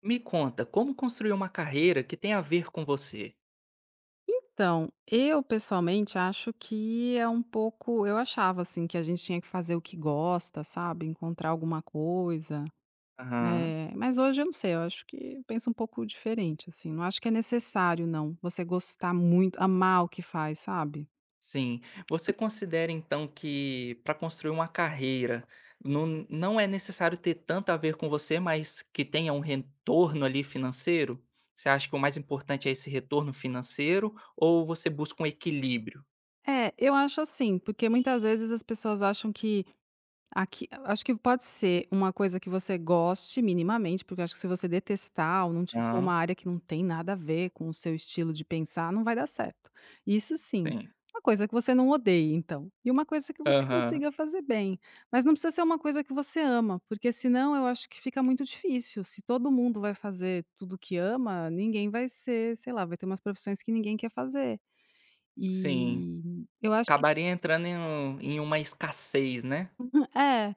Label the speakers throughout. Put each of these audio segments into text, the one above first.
Speaker 1: Me conta, como construir uma carreira que tem a ver com você?
Speaker 2: Então, eu pessoalmente acho que é um pouco eu achava, assim, que a gente tinha que fazer o que gosta, sabe, encontrar alguma coisa,
Speaker 1: Aham,
Speaker 2: mas hoje eu não sei, eu acho que eu penso um pouco diferente, assim, não acho que é necessário não, você gostar muito, amar o que faz, sabe.
Speaker 1: sim. Você considera então que para construir uma carreira não, não é necessário ter tanto a ver com você, mas que tenha um retorno ali financeiro? Você acha que o mais importante é esse retorno financeiro ou você busca um equilíbrio?
Speaker 2: É, eu acho assim, porque muitas vezes as pessoas acham que aqui acho que pode ser uma coisa que você goste minimamente, porque eu acho que se você detestar ou não te for uma
Speaker 1: Aham,
Speaker 2: área que não tem nada a ver com o seu estilo de pensar, não vai dar certo. Isso sim.
Speaker 1: sim.
Speaker 2: Uma coisa que você não odeie, então. E uma coisa que você
Speaker 1: Aham,
Speaker 2: consiga fazer bem. Mas não precisa ser uma coisa que você ama, porque senão eu acho que fica muito difícil. Se todo mundo vai fazer tudo que ama, ninguém vai ser, sei lá, vai ter umas profissões que ninguém quer fazer.
Speaker 1: sim.
Speaker 2: E eu acho que
Speaker 1: Acabaria entrando em uma escassez, né?
Speaker 2: É,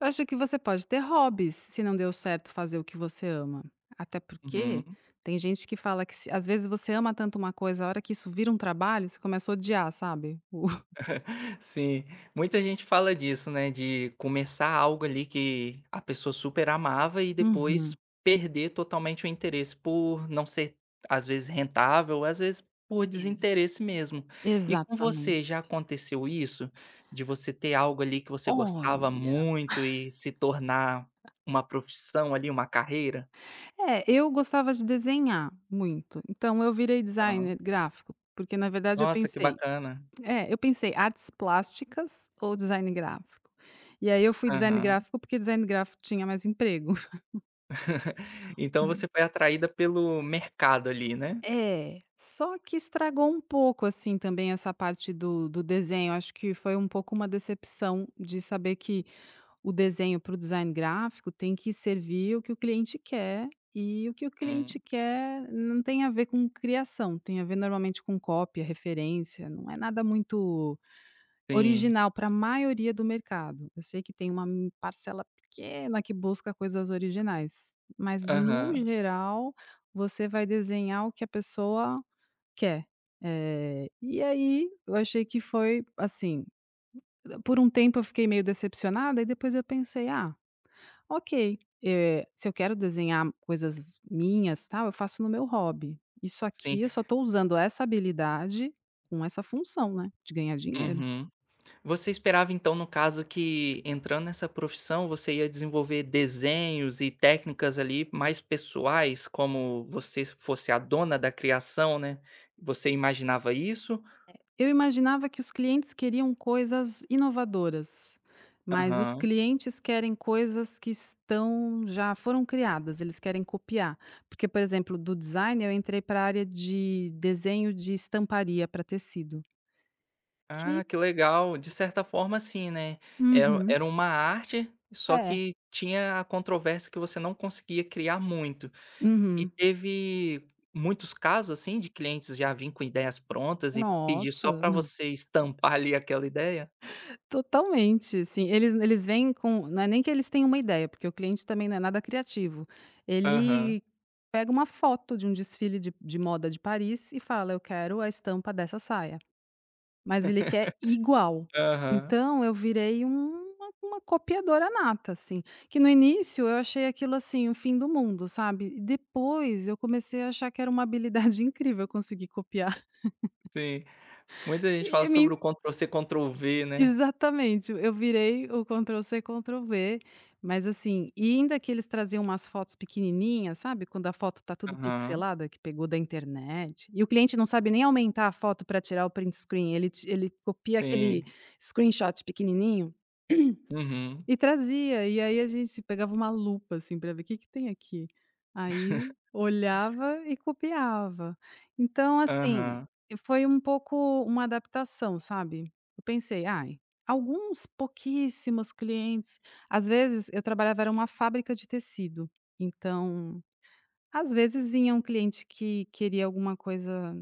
Speaker 2: eu acho que você pode ter hobbies, se não deu certo fazer o que você ama. Até porque
Speaker 1: Uhum.
Speaker 2: tem gente que fala que às vezes você ama tanto uma coisa, a hora que isso vira um trabalho, você começa a odiar, sabe?
Speaker 1: Sim, muita gente fala disso, né, de começar algo ali que a pessoa super amava e depois
Speaker 2: Uhum.
Speaker 1: perder totalmente o interesse por não ser, às vezes, rentável, às vezes por
Speaker 2: Ex-
Speaker 1: desinteresse mesmo. E com
Speaker 2: Exatamente.
Speaker 1: você, já aconteceu isso? De você ter algo ali que você gostava
Speaker 2: Olha,
Speaker 1: muito e se tornar uma profissão ali, uma carreira?
Speaker 2: é, eu gostava de desenhar muito, então eu virei
Speaker 1: Aham.
Speaker 2: designer gráfico, porque na verdade eu
Speaker 1: Nossa, que
Speaker 2: pensei,
Speaker 1: bacana.
Speaker 2: é, eu pensei artes plásticas ou design gráfico. E aí eu fui design
Speaker 1: Aham.
Speaker 2: gráfico porque design gráfico tinha mais emprego.
Speaker 1: Então você foi atraída pelo mercado ali, né?
Speaker 2: É, só que estragou um pouco, assim, também essa parte do desenho, acho que foi um pouco uma decepção de saber que o desenho para o design gráfico tem que servir o que o cliente quer, e o que o cliente
Speaker 1: Hum,
Speaker 2: quer não tem a ver com criação, tem a ver normalmente com cópia, referência, não é nada muito
Speaker 1: sim.
Speaker 2: original para a maioria do mercado. Eu sei que tem uma m parcela pequena que busca coisas originais, mas no
Speaker 1: Aham,
Speaker 2: geral, você vai desenhar o que a pessoa quer. E aí eu achei que foi assim, por um tempo eu fiquei meio decepcionada e depois eu pensei: "Ah, ok, se eu quero desenhar coisas minhas, tal, eu faço no meu hobby. Isso aqui
Speaker 1: sim.
Speaker 2: eu só estou usando essa habilidade com essa função, né, de ganhar dinheiro".
Speaker 1: Uhum. Você esperava então, no caso, que entrando nessa profissão você ia desenvolver desenhos e técnicas ali mais pessoais, como você fosse a dona da criação, né. Você imaginava isso?
Speaker 2: Eu imaginava que os clientes queriam coisas inovadoras, mas os
Speaker 1: Aham.
Speaker 2: clientes querem coisas que estão já foram criadas, eles querem copiar. Porque, por exemplo, do design eu entrei para a área de desenho de estamparia para tecido. Que
Speaker 1: Ah, que legal. De certa forma sim, né. Era
Speaker 2: Uhum.
Speaker 1: era uma arte, só
Speaker 2: É.
Speaker 1: que tinha a controvérsia que você não conseguia criar muito. E
Speaker 2: Uhum.
Speaker 1: teve muitos casos, assim, de clientes já vir com ideias prontas e pedir só
Speaker 2: Nossa!
Speaker 1: para você estampar ali aquela ideia?
Speaker 2: Totalmente, assim, eles vêm com não é nem que eles têm uma ideia, porque o cliente também não é nada criativo.
Speaker 1: Aham,
Speaker 2: Ele pega uma foto de um desfile de moda de Paris e fala: "Eu quero a estampa dessa saia", mas ele quer igual.
Speaker 1: aham,
Speaker 2: Então eu virei um, uma copiadora nata, assim, que no início eu achei aquilo, assim, o fim do mundo, sabe. E depois eu comecei a achar que era uma habilidade incrível conseguir copiar.
Speaker 1: sim. Muita gente fala
Speaker 2: E me
Speaker 1: sobre o Ctrl-C, Ctrl-V, né.
Speaker 2: Exatamente, eu virei o Ctrl C Ctrl V mas assim, e ainda que eles traziam umas fotos pequenininhas, sabe, quando a foto tá tudo
Speaker 1: Aham,
Speaker 2: pixelada, que pegou da internet, e o cliente não sabe nem aumentar a foto para tirar o print screen, ele copia aquele
Speaker 1: sim.
Speaker 2: screenshot pequenininho
Speaker 1: Uhum,
Speaker 2: e trazia, e aí a gente se pegava uma lupa, assim, para ver o "Que que tem aqui?". Aí olhava e copiava. Então, assim,
Speaker 1: aham,
Speaker 2: foi um pouco uma adaptação, sabe. Eu pensei: "Ai, alguns pouquíssimos clientes", às vezes eu trabalhava era uma fábrica de tecido, então, às vezes vinha um cliente que queria alguma coisa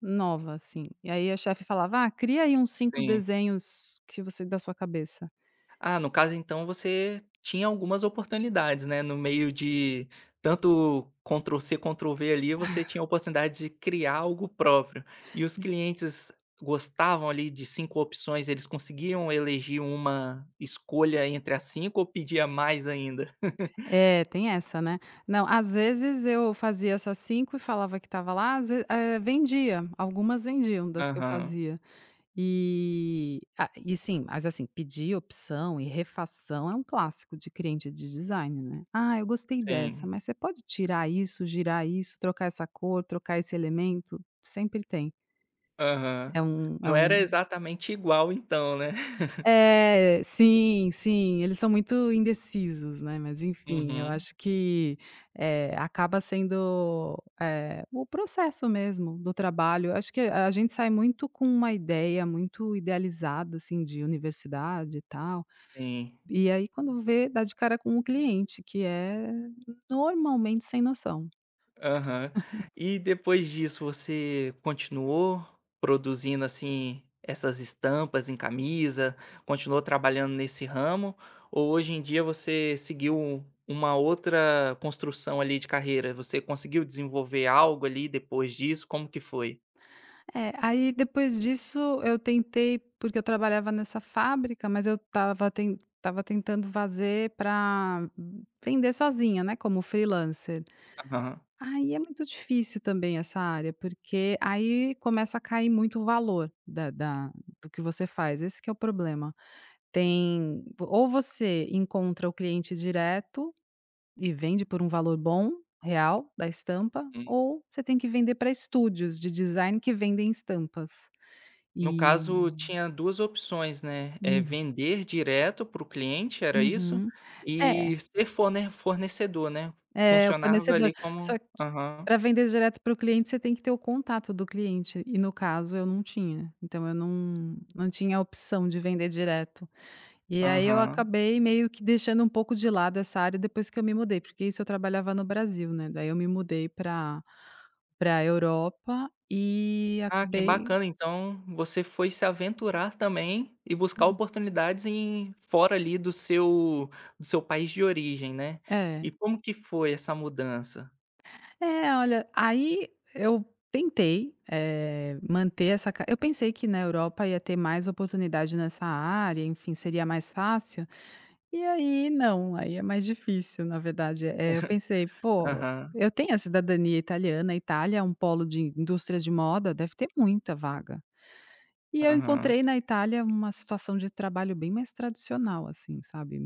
Speaker 2: nova, assim, e aí a chefe falava: "Ah, cria aí uns cinco
Speaker 1: sim.
Speaker 2: desenhos que você da sua cabeça".
Speaker 1: Ah, no caso então você tinha algumas oportunidades, né, no meio de tanto Ctrl C, Ctrl V ali, você tinha a oportunidade de criar algo próprio. E os clientes gostavam ali de 5 opções, eles conseguiam elegir uma escolha entre as 5 ou pedia mais ainda?
Speaker 2: É, tem essa, né. Não, às vezes eu fazia essas 5 e falava que estava lá, às vezes vendia, algumas vendiam das que eu
Speaker 1: Aham,
Speaker 2: fazia. E ah, e sim, mas assim, pedir opção e refação é um clássico de cliente de design, né. "Ah, eu gostei dessa,
Speaker 1: sim.
Speaker 2: mas você pode tirar isso, girar isso, trocar essa cor, trocar esse elemento?" Sempre tem.
Speaker 1: Aham.
Speaker 2: É um é
Speaker 1: Não era
Speaker 2: um
Speaker 1: exatamente igual então, né?
Speaker 2: É, sim, sim, eles são muito indecisos, né, mas enfim, eu
Speaker 1: Uhum,
Speaker 2: acho que, acaba sendo, o processo mesmo do trabalho. Eu acho que a gente sai muito com uma ideia muito idealizada, assim, de universidade e tal,
Speaker 1: sim.
Speaker 2: e aí quando vê, dá de cara com o cliente, que é normalmente sem noção.
Speaker 1: Aham. E depois disso você continuou produzindo, assim, essas estampas em camisa, continuou trabalhando nesse ramo, ou hoje em dia você seguiu uma outra construção ali de carreira? Você conseguiu desenvolver algo ali depois disso? Como que foi?
Speaker 2: É, aí depois disso eu tentei porque eu trabalhava nessa fábrica, mas eu estava tentando fazer para vender sozinha, né, como freelancer.
Speaker 1: Aham.
Speaker 2: Aí é muito difícil também essa área, porque aí começa a cair muito o valor da da do que você faz, esse que é o problema. Tem ou você encontra o cliente direto e vende por um valor bom, real, da estampa,
Speaker 1: Hum.
Speaker 2: ou você tem que vender para estúdios de design que vendem estampas.
Speaker 1: No caso,
Speaker 2: E
Speaker 1: tinha 2 opções, né,
Speaker 2: hum,
Speaker 1: vender direto para o cliente, era isso?
Speaker 2: uhum.
Speaker 1: E
Speaker 2: É,
Speaker 1: ser fornecedor, né?
Speaker 2: é o
Speaker 1: Funcionava
Speaker 2: fornecedor.
Speaker 1: ali
Speaker 2: Só
Speaker 1: como
Speaker 2: que
Speaker 1: aham.
Speaker 2: pra vender direto para o cliente, você tem que ter o contato do cliente, e no caso eu não tinha. Então eu não tinha a opção de vender direto. E aí eu
Speaker 1: Aham.
Speaker 2: acabei meio que deixando um pouco de lado essa área depois que eu me mudei, porque isso eu trabalhava no Brasil, né, daí eu me mudei para pra Europa e
Speaker 1: Ah, que
Speaker 2: acabei
Speaker 1: bacana, então você foi se aventurar também e buscar oportunidades em fora ali do seu país de origem, né.
Speaker 2: é.
Speaker 1: E como que foi essa mudança?
Speaker 2: É, olha, aí eu tentei, manter essa ca eu pensei que na Europa ia ter mais oportunidade nessa área, enfim, seria mais fácil, e aí não, aí é mais difícil, na verdade. Eu pensei: "Pô,
Speaker 1: Aham,
Speaker 2: eu tenho a cidadania italiana, a Itália é um polo de indústria de moda, deve ter muita vaga". E eu
Speaker 1: aham.
Speaker 2: encontrei na Itália uma situação de trabalho bem mais tradicional, assim, sabe?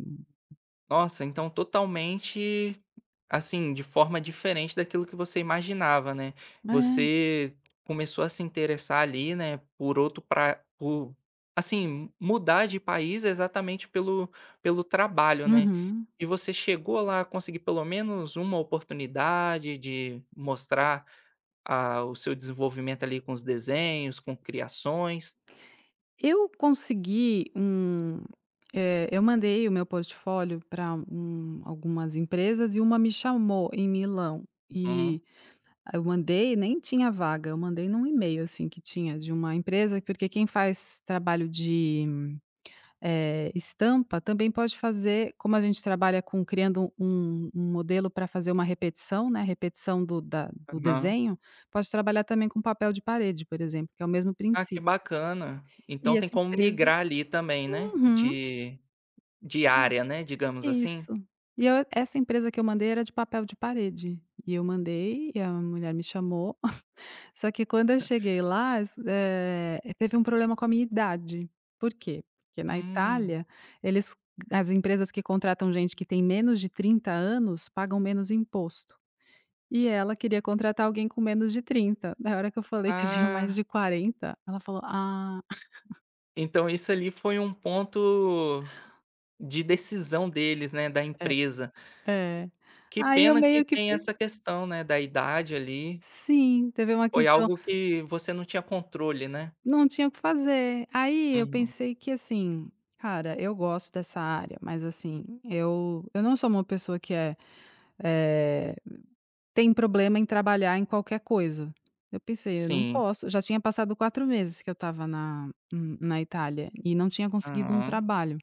Speaker 1: Nossa, então totalmente, assim, de forma diferente daquilo que você imaginava, né.
Speaker 2: É.
Speaker 1: Você começou a se interessar ali, né, por outro pra por assim, mudar de país exatamente pelo trabalho, né.
Speaker 2: Uhum.
Speaker 1: E você chegou lá a conseguir pelo menos uma oportunidade de mostrar, ah, o seu desenvolvimento ali com os desenhos, com criações?
Speaker 2: Eu consegui um eu mandei o meu portfólio para algumas empresas e uma me chamou em Milão,
Speaker 1: Uhum.
Speaker 2: e eu mandei nem tinha vaga, eu mandei num e-mail, assim, que tinha de uma empresa, porque quem faz trabalho de, estampa também pode fazer como a gente trabalha com criando um modelo para fazer uma repetição, né, repetição do
Speaker 1: Aham.
Speaker 2: desenho, pode trabalhar também com papel de parede, por exemplo, que é o mesmo
Speaker 1: Ah, que
Speaker 2: princípio.
Speaker 1: bacana.
Speaker 2: E
Speaker 1: Então tem
Speaker 2: essa
Speaker 1: como
Speaker 2: empresa
Speaker 1: migrar ali também, né,
Speaker 2: Uhum.
Speaker 1: de
Speaker 2: É.
Speaker 1: área, né, digamos assim?
Speaker 2: Isso. E eu essa empresa que eu mandei era de papel de parede, e eu mandei e a mulher me chamou. Só que quando eu cheguei lá, teve um problema com a minha idade. Por quê? Porque na
Speaker 1: Hum.
Speaker 2: Itália, eles as empresas que contratam gente que tem menos de 30 anos pagam menos imposto, e ela queria contratar alguém com menos de 30. Na hora que eu falei que eu tinha mais de
Speaker 1: Ah,
Speaker 2: 40, ela falou: "Ah".
Speaker 1: então isso ali foi um ponto de decisão deles, né, da
Speaker 2: É,
Speaker 1: empresa.
Speaker 2: é.
Speaker 1: Que
Speaker 2: Aí eu
Speaker 1: pena que
Speaker 2: meio que
Speaker 1: tem
Speaker 2: pe
Speaker 1: essa questão, né, da idade ali.
Speaker 2: sim, teve uma
Speaker 1: Foi
Speaker 2: questão.
Speaker 1: algo que você não tinha controle, né?
Speaker 2: Não tinha o que fazer. Aí eu
Speaker 1: Uhum.
Speaker 2: pensei que assim, cara, eu gosto dessa área, mas assim, eu não sou uma pessoa que é, eh, tem problema em trabalhar em qualquer coisa. Eu pensei: "Eu não
Speaker 1: Sim.
Speaker 2: posso", já tinha passado 4 meses que eu estava na Itália e não tinha conseguido um
Speaker 1: Aham.
Speaker 2: trabalho.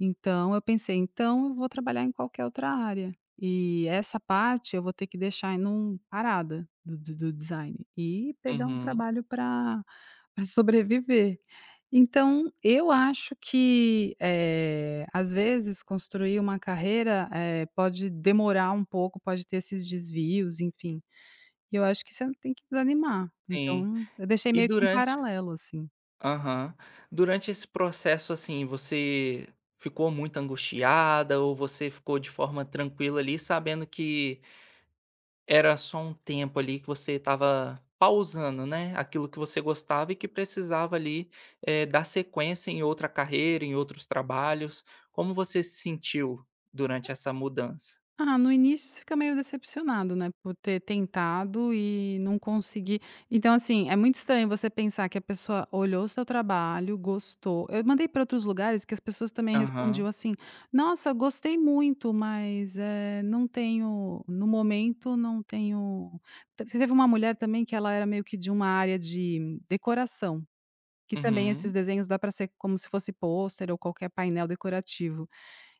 Speaker 2: Então eu pensei: "Então eu vou trabalhar em qualquer outra área e essa parte eu vou ter que deixar num parada do design e pegar um
Speaker 1: Uhum.
Speaker 2: trabalho para sobreviver. Então, eu acho que, às vezes, construir uma carreira, pode demorar um pouco, pode ter esses desvios, enfim. E eu acho que você não tem que desanimar.
Speaker 1: Sim.
Speaker 2: Então, eu deixei
Speaker 1: E
Speaker 2: meio que um
Speaker 1: durante
Speaker 2: paralelo, assim.
Speaker 1: Aham. Durante esse processo, assim, você ficou muito angustiada ou você ficou de forma tranquila ali, sabendo que era só um tempo ali que você estava pausando, né? Aquilo que você gostava e que precisava ali dar sequência em outra carreira, em outros trabalhos. Como você se sentiu durante essa mudança?
Speaker 2: Ah, no início você fica meio decepcionado, né, por ter tentado e não conseguir. Então, assim, é muito estranho você pensar que a pessoa olhou o seu trabalho, gostou. Eu mandei para outros lugares que as pessoas também
Speaker 1: Aham.
Speaker 2: respondiam assim: "Nossa, gostei muito, mas, não tenho no momento não tenho". Te Teve uma mulher também que ela era meio que de uma área de decoração, que também esses
Speaker 1: Uhum.
Speaker 2: desenhos dá para ser como se fosse pôster ou qualquer painel decorativo.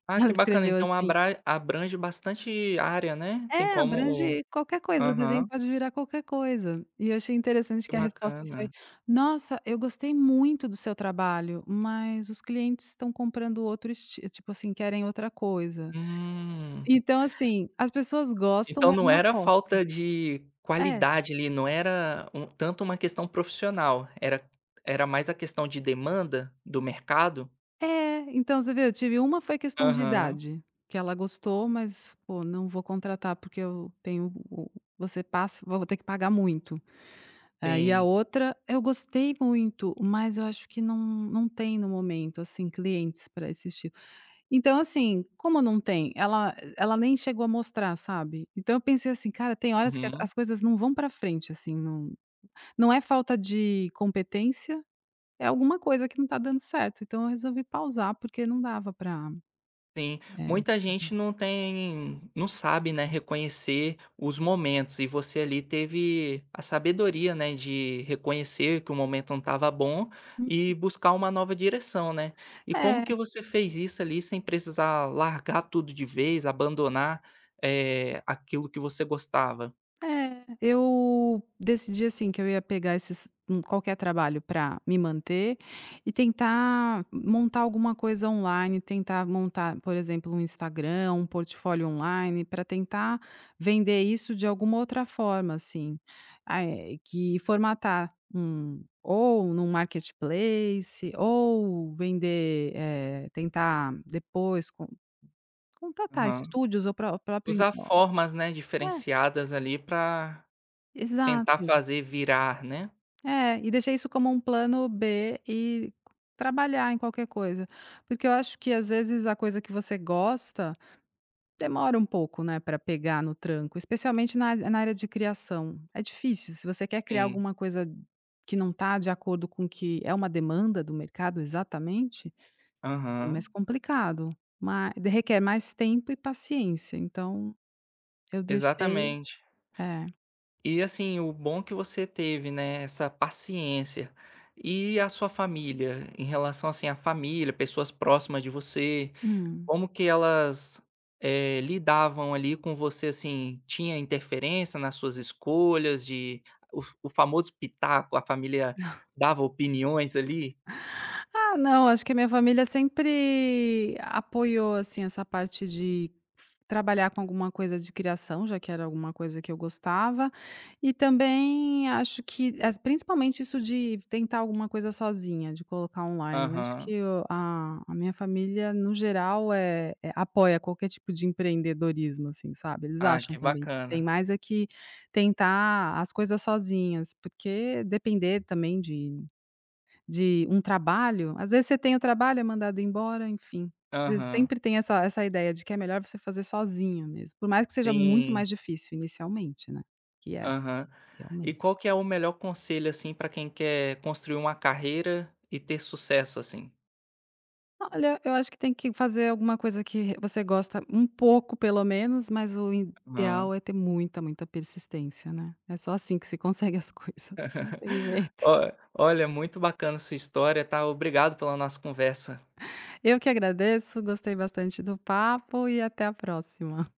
Speaker 1: Ah, que
Speaker 2: ela
Speaker 1: bacana.
Speaker 2: escreveu
Speaker 1: Então
Speaker 2: assim
Speaker 1: abrange bastante área, né? Tem
Speaker 2: É,
Speaker 1: como.
Speaker 2: abrange qualquer coisa, o desenho
Speaker 1: Aham.
Speaker 2: pode virar qualquer coisa. E eu achei interessante
Speaker 1: Que
Speaker 2: que a resposta foi:
Speaker 1: bacana.
Speaker 2: "Nossa, eu gostei muito do seu trabalho, mas os clientes estão comprando outro estilo, tipo assim, querem outra coisa".
Speaker 1: Hum.
Speaker 2: Então, assim, as pessoas gostam,
Speaker 1: Então
Speaker 2: mas
Speaker 1: não
Speaker 2: não
Speaker 1: era
Speaker 2: apostam.
Speaker 1: falta de
Speaker 2: É,
Speaker 1: qualidade ali, não era tanto uma questão profissional, era era mais a questão de demanda do mercado?
Speaker 2: é. Então você vê, eu tive uma foi questão de
Speaker 1: Aham,
Speaker 2: idade, que ela gostou, mas: "Pô, não vou contratar porque eu tenho o você passa vou ter que pagar muito". É, e a
Speaker 1: sim.
Speaker 2: outra, eu gostei muito, mas eu acho que não tem no momento, assim, clientes para esse estilo. Então, assim, como não tem, ela nem chegou a mostrar, sabe. Então eu pensei assim: "Cara, tem horas que a
Speaker 1: Uhum.
Speaker 2: as coisas não vão para frente, assim, não não é falta de competência, é alguma coisa que não tá dando certo". Então eu resolvi pausar, porque não dava para.
Speaker 1: Sim, muita gente não sabe, né, reconhecer os momentos e você ali teve a sabedoria, né, de reconhecer que o momento não estava bom e buscar uma nova direção, né. E
Speaker 2: É.
Speaker 1: como que você fez isso ali sem precisar largar tudo de vez, abandonar, aquilo que você gostava?
Speaker 2: É, eu decidi, assim, que eu ia pegar esses qualquer trabalho para me manter e tentar montar alguma coisa online, tentar montar, por exemplo, um Instagram, um portfólio online, para tentar vender isso de alguma outra forma, assim, ah, que formatar um ou num marketplace, ou vender, tentar depois contratar
Speaker 1: Aham.
Speaker 2: estúdios ou próprio
Speaker 1: Usar formas, né,
Speaker 2: é,
Speaker 1: diferenciadas ali para tentar
Speaker 2: exato.
Speaker 1: fazer virar, né.
Speaker 2: É, e deixei isso como um plano B e trabalhar em qualquer coisa. Porque eu acho que às vezes a coisa que você gosta demora um pouco, né, para pegar no tranco, especialmente na área de criação. É difícil, se você quer criar
Speaker 1: Sim,
Speaker 2: alguma coisa que não está de acordo com o que é uma demanda do mercado exatamente, é
Speaker 1: aham,
Speaker 2: mais complicado, mas requer mais tempo e paciência, então eu deixei
Speaker 1: exatamente.
Speaker 2: é.
Speaker 1: E assim, o bom que você teve, né, essa paciência. E a sua família, em relação assim à família, pessoas próximas de você,
Speaker 2: Hum.
Speaker 1: como que elas lidavam ali com você, assim, tinha interferência nas suas escolhas de o famoso pitaco, a família dava opiniões ali?
Speaker 2: Ah, não, acho que a minha família sempre apoiou, assim, essa parte de trabalhar com alguma coisa de criação, já que era alguma coisa que eu gostava. E também acho que as principalmente isso de tentar alguma coisa sozinha, de colocar online. Acho
Speaker 1: Aham.
Speaker 2: que o a minha família, no geral, é apoia qualquer tipo de empreendedorismo, assim, sabe. Eles
Speaker 1: Ah,
Speaker 2: acham
Speaker 1: que
Speaker 2: também que tem
Speaker 1: bacana.
Speaker 2: mais é que tentar as coisas sozinhas, porque depender também de um trabalho, às vezes você tem o trabalho, é mandado embora, enfim. Você
Speaker 1: Aham.
Speaker 2: sempre tem essa ideia de que é melhor você fazer sozinho mesmo, por mais que seja muito
Speaker 1: Sim.
Speaker 2: mais difícil inicialmente, né, que é,
Speaker 1: Aham. E
Speaker 2: realmente.
Speaker 1: qual que é o melhor conselho, assim, pra quem quer construir uma carreira e ter sucesso, assim?
Speaker 2: Olha, eu acho que tem que fazer alguma coisa que você gosta um pouco pelo menos, mas o ideal
Speaker 1: Aham.
Speaker 2: é ter muita, muita persistência, né. É só assim que se consegue as coisas, não tem jeito.
Speaker 1: Ó olha, muito bacana sua história, tá? Obrigado pela nossa conversa.
Speaker 2: Eu que agradeço, gostei bastante do papo e até a próxima.